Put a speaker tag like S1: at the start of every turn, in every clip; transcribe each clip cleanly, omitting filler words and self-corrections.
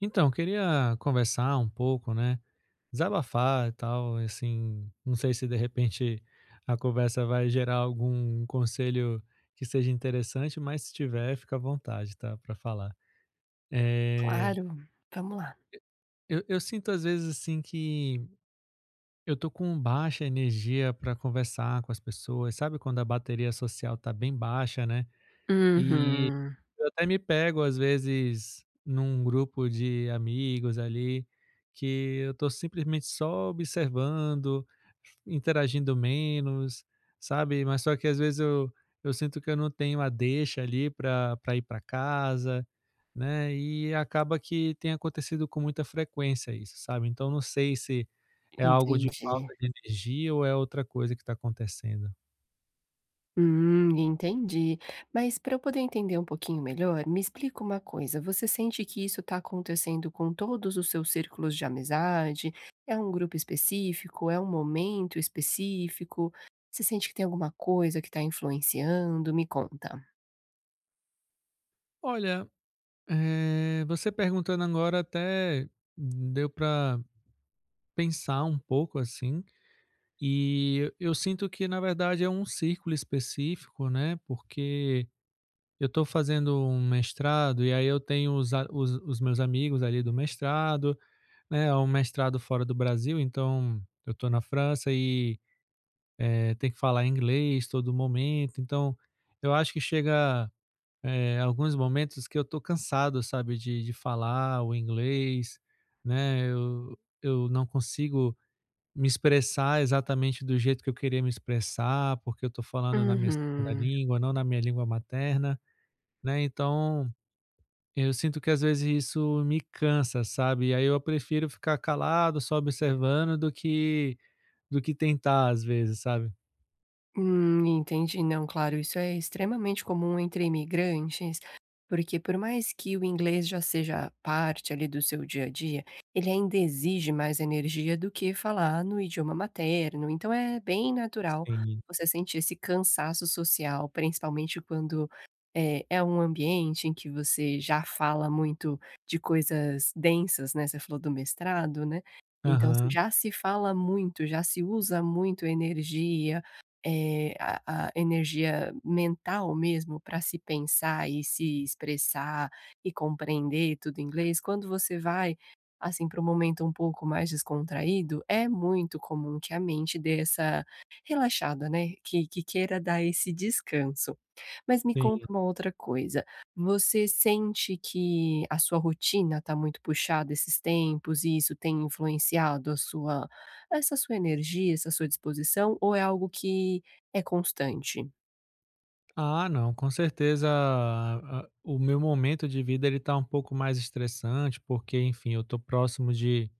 S1: Então, queria conversar um pouco, né? Desabafar e tal, assim, não sei se de repente a conversa vai gerar algum conselho que seja interessante, mas se tiver, fica à vontade, tá? Pra falar. Eh,
S2: Claro, vamos lá.
S1: eu sinto às vezes assim que eu tô com baixa energia pra conversar com as pessoas, sabe quando a bateria social tá bem baixa, né? E
S2: Uhum.
S1: eu até me pego, às vezes, num grupo de amigos ali, que eu tô simplesmente só observando, interagindo menos, sabe. Mas só que às vezes eu sinto que eu não tenho a deixa ali para pra ir para casa, né, e acaba que tem acontecido com muita frequência isso, sabe. Então não sei se é algo de
S2: Entendi.
S1: falta de energia ou é outra coisa que está acontecendo.
S2: Entendi. Mas para eu poder entender um pouquinho melhor, me explica uma coisa, você sente que isso está acontecendo com todos os seus círculos de amizade? É um grupo específico? É um momento específico? Você sente que tem alguma coisa que está influenciando? Me conta.
S1: Olha, você perguntando agora até deu para pensar um pouco, assim, e eu sinto que na verdade é um círculo específico, né, porque eu estou fazendo um mestrado e aí eu tenho os a os os meus amigos ali do mestrado, né, é um mestrado fora do Brasil, então eu estou na França e, tem que falar inglês todo momento, então eu acho que chega alguns momentos que eu tô cansado, sabe, de falar o inglês, né, eu não consigo me expressar exatamente do jeito que eu queria me expressar, porque eu tô falando na minha segunda
S2: Uhum.
S1: língua, não na minha língua materna, né, então eu sinto que às vezes isso me cansa, sabe, aí eu prefiro ficar calado, só observando, do que tentar às vezes, sabe.
S2: Entendi. Não, claro, isso é extremamente comum entre imigrantes, porque por mais que o inglês já seja parte ali do seu dia a dia, ele ainda exige mais energia do que falar no idioma materno. Então é bem natural
S1: Sim.
S2: você sentir esse cansaço social, principalmente quando é um ambiente em que você já fala muito de coisas densas, né? Você falou do mestrado, né? Então
S1: Aham,
S2: já se fala muito, já se usa muito energia a energia mental mesmo para se pensar e se expressar e compreender tudo em inglês, quando você vai, assim, para um momento um pouco mais descontraído, é muito comum que a mente dê essa relaxada, né, que queira dar esse descanso. Mas me
S1: sim.
S2: conta uma outra coisa, você sente que a sua rotina está muito puxada esses tempos e isso tem influenciado a sua essa sua energia, essa sua disposição, ou é algo que é constante?
S1: Ah, não, com certeza, o meu momento de vida ele tá um pouco mais estressante, porque, enfim, eu tô próximo de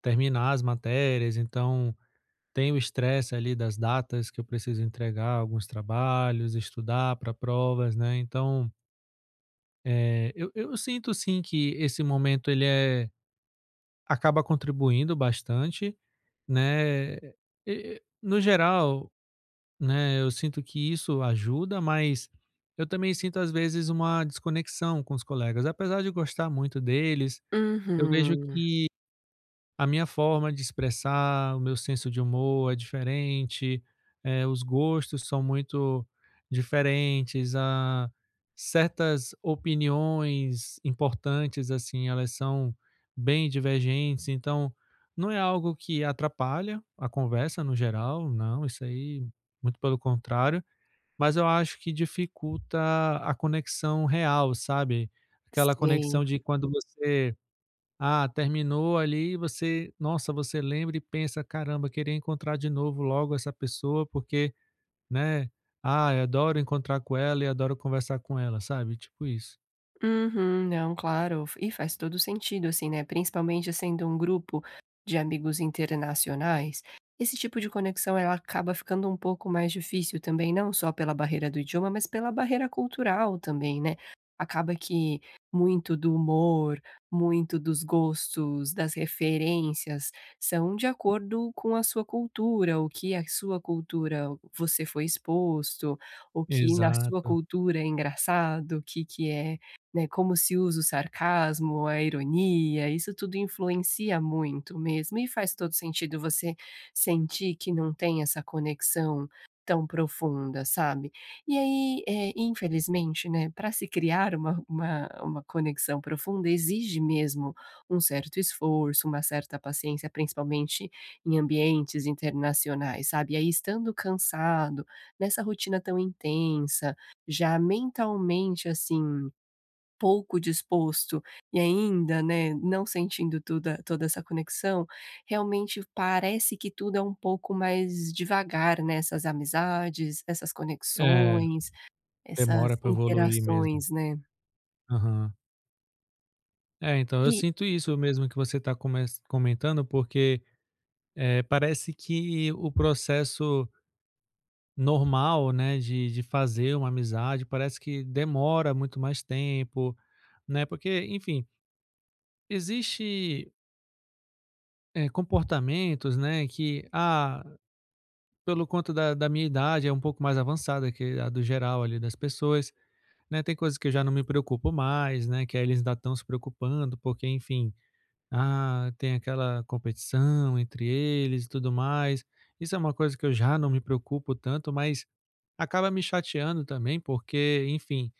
S1: terminar as matérias, então tem o estresse ali das datas que eu preciso entregar alguns trabalhos, estudar para provas, né? Então, é, eu sinto sim que esse momento ele é, acaba contribuindo bastante, né? E, no geral, né, eu sinto que isso ajuda, mas eu também sinto às vezes uma desconexão com os colegas. Apesar de gostar muito deles, eu vejo
S2: Uhum.
S1: que a minha forma de expressar, o meu senso de humor é diferente, os gostos são muito diferentes, a certas opiniões importantes, assim, elas são bem divergentes, então não é algo que atrapalha a conversa no geral, não, isso aí muito pelo contrário, mas eu acho que dificulta a conexão real, sabe? Aquela conexão
S2: Sei.
S1: de quando você, ah, terminou ali, você, nossa, você lembra e pensa, caramba, queria encontrar de novo logo essa pessoa, porque, né? Ah, eu adoro encontrar com ela e adoro conversar com ela, sabe? Tipo isso.
S2: Uhum, não, claro. E faz todo sentido, assim, né, principalmente sendo um grupo de amigos internacionais, esse tipo de conexão ela acaba ficando um pouco mais difícil também, não só pela barreira do idioma, mas pela barreira cultural também, né. Acaba que muito do humor, muito dos gostos, das referências, são de acordo com a sua cultura, o que a sua cultura você foi exposto, o que na sua
S1: Exato.
S2: cultura é engraçado, o que né, como se usa o sarcasmo, a ironia, isso tudo influencia muito mesmo, e faz todo sentido você sentir que não tem essa conexão tão profunda, sabe. E aí, infelizmente, né, para se criar uma conexão profunda exige mesmo um certo esforço, uma certa paciência, principalmente em ambientes internacionais, sabe. E aí estando cansado, nessa rotina tão intensa, já mentalmente, assim pouco disposto e ainda, né, não sentindo toda essa conexão, realmente parece que tudo é um pouco mais devagar, né, essas amizades, essas
S1: É,
S2: conexões, essas
S1: demora para evoluir mesmo.
S2: interações, né.
S1: Aham. É, então eu
S2: E
S1: sinto isso mesmo que você está comentando, porque parece que o processo normal, né, de fazer uma amizade, parece que demora muito mais tempo, né, porque, enfim, existe, comportamentos, né, que, ah, pelo conta da minha idade é um pouco mais avançada que a do geral ali das pessoas, né, tem coisas que eu já não me preocupo mais, né, que aí eles ainda estão se preocupando, porque, enfim, ah, tem aquela competição entre eles e tudo mais. Isso é uma coisa que eu já não me preocupo tanto, mas acaba me chateando também, porque, enfim,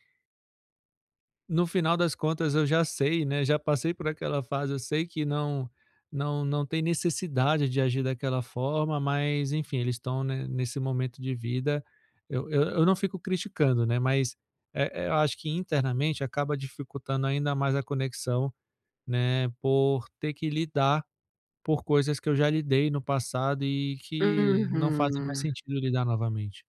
S1: no final das contas eu já sei, né, já passei por aquela fase, eu sei que não tem necessidade de agir daquela forma, mas enfim, eles estão, né, nesse momento de vida, eu não fico criticando, né, mas, eu acho que internamente acaba dificultando ainda mais a conexão, né, por ter que lidar por coisas que eu já lidei no passado e que não fazem mais
S2: uhum.
S1: sentido lidar novamente.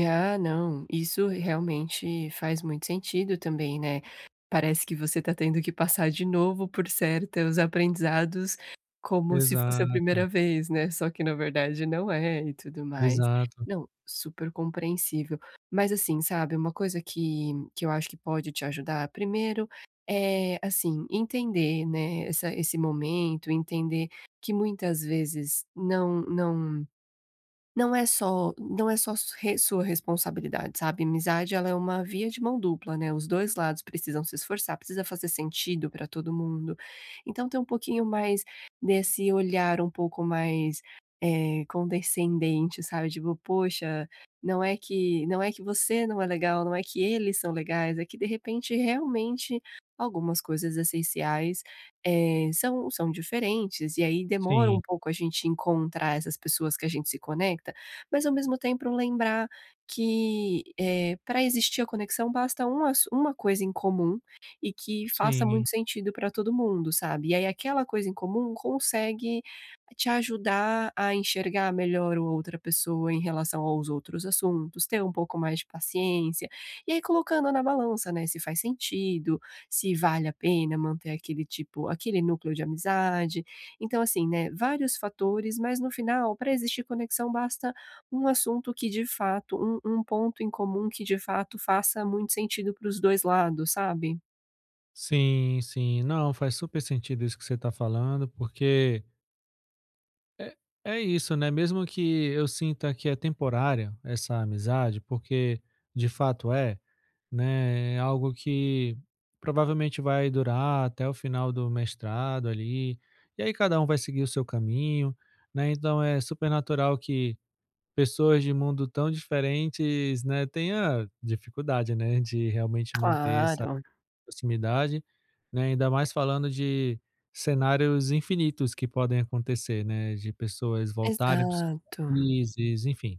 S2: Ah, não, isso realmente faz muito sentido também, né. Parece que você está tendo que passar de novo por certos aprendizados, como se fosse a primeira
S1: Exato,
S2: vez, né, só que na verdade não é e tudo mais.
S1: exato.
S2: Não, super compreensível. Mas assim, sabe, uma coisa que eu acho que pode te ajudar, primeiro, é, assim, entender, né, essa esse momento, entender que muitas vezes não é só não é só su re sua responsabilidade, sabe, amizade ela é uma via de mão dupla, né, os 2 lados precisam se esforçar, precisa fazer sentido para todo mundo. Então ter um pouquinho mais desse olhar um pouco mais, condescendente, sabe, tipo: "Poxa, não é que você não é legal, não é que eles são legais, é que de repente realmente algumas coisas essenciais são diferentes, e aí demora um
S1: Sim,
S2: pouco a gente encontrar essas pessoas que a gente se conecta, mas ao mesmo tempo lembrar que, para existir a conexão basta um assu uma coisa em comum e que faça
S1: sim.
S2: muito sentido para todo mundo, sabe. E aí aquela coisa em comum consegue te ajudar a enxergar melhor o outra pessoa em relação aos outros assuntos, ter um pouco mais de paciência, e aí colocando na balança, né, se faz sentido, se vale a pena manter aquele núcleo de amizade. Então assim, né, vários fatores, mas no final, para existir conexão, basta um assunto que de fato um ponto em comum que de fato faça muito sentido para os dois lados, sabe?
S1: Sim, sim. Não, faz super sentido isso que você está falando, porque é, é isso, né? Mesmo que eu sinta que é temporária essa amizade, porque de fato é, né? É algo que provavelmente vai durar até o final do mestrado ali, e aí cada um vai seguir o seu caminho, né? Então é super natural que pessoas de mundo tão diferentes, né, tenha dificuldade, né, de realmente manter essa
S2: Claro.
S1: proximidade, né, ainda mais falando de cenários infinitos que podem acontecer, né, de pessoas voltarem para os seus
S2: Exato.
S1: países, enfim.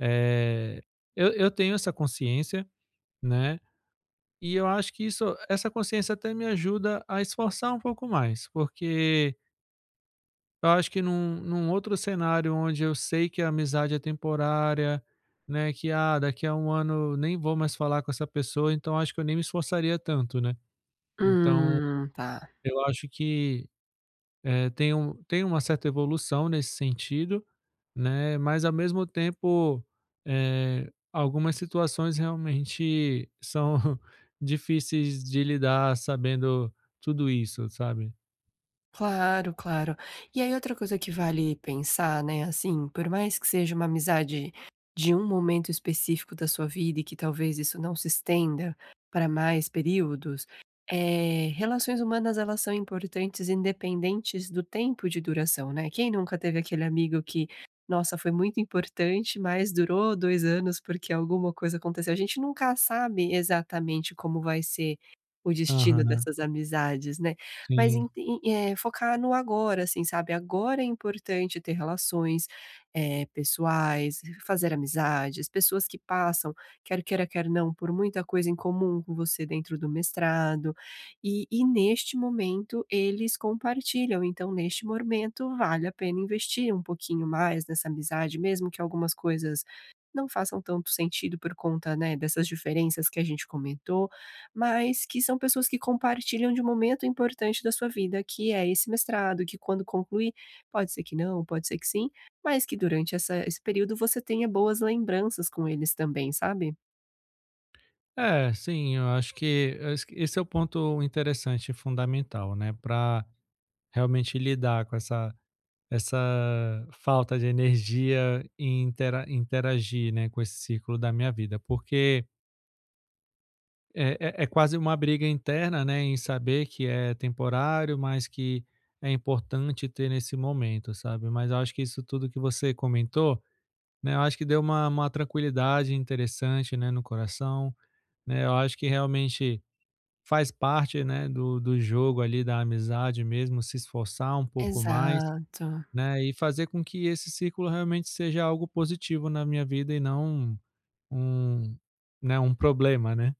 S1: É, eu tenho essa consciência, né, e eu acho que isso essa consciência até me ajuda a esforçar um pouco mais, porque eu acho que num outro cenário onde eu sei que a amizade é temporária, né, que, ah, daqui a um ano eu nem vou mais falar com essa pessoa, então acho que eu nem me esforçaria tanto, né. Então
S2: Tá.
S1: eu acho que, tem uma certa evolução nesse sentido, né, mas ao mesmo tempo, algumas situações realmente são difíceis de lidar sabendo tudo isso, sabe.
S2: Claro, claro. E aí outra coisa que vale pensar, né, assim, por mais que seja uma amizade de um momento específico da sua vida e que talvez isso não se estenda para mais períodos, relações humanas elas são importantes independentes do tempo de duração, né. Quem nunca teve aquele amigo que, nossa, foi muito importante, mas durou 2 anos porque alguma coisa aconteceu. A gente nunca sabe exatamente como vai ser o destino
S1: Aham,
S2: dessas amizades, né mas
S1: sim.
S2: ent focar no agora, assim, sabe. Agora é importante ter relações, pessoais, fazer amizades, pessoas que passam, quer queira, quer não, por muita coisa em comum com você dentro do mestrado, e neste momento eles compartilham, então neste momento vale a pena investir um pouquinho mais nessa amizade, mesmo que algumas coisas não façam tanto sentido por conta, né, dessas diferenças que a gente comentou mas que são pessoas que compartilham de um momento importante da sua vida, que é esse mestrado, que quando concluir, pode ser que não, pode ser que sim, mas que durante essa esse período você tenha boas lembranças com eles também, sabe?
S1: É, sim, eu acho que esse é o ponto interessante e fundamental, né, para realmente lidar com essa falta de energia em interagir, né, com esse ciclo da minha vida, porque é quase uma briga interna, né, em saber que é temporário, mas que é importante ter nesse momento, sabe. Mas eu acho que isso tudo que você comentou, né, eu acho que deu uma tranquilidade interessante, né, no coração, né. Eu acho que realmente faz parte, né, do jogo ali da amizade, mesmo se esforçar um pouco mais,
S2: Exato,
S1: né, e fazer com que esse ciclo realmente seja algo positivo na minha vida e não um, né, um problema, né.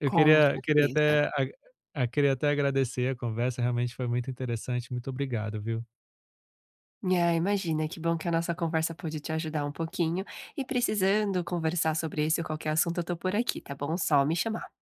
S1: Eu
S2: com
S1: queria queria
S2: certeza.
S1: até a a queria até agradecer a conversa, realmente foi muito interessante, muito obrigado, viu.
S2: Ah, imagina, que bom que a nossa conversa pôde te ajudar um pouquinho, e precisando conversar sobre esse ou qualquer assunto, eu tô por aqui, tá bom? Só me chamar.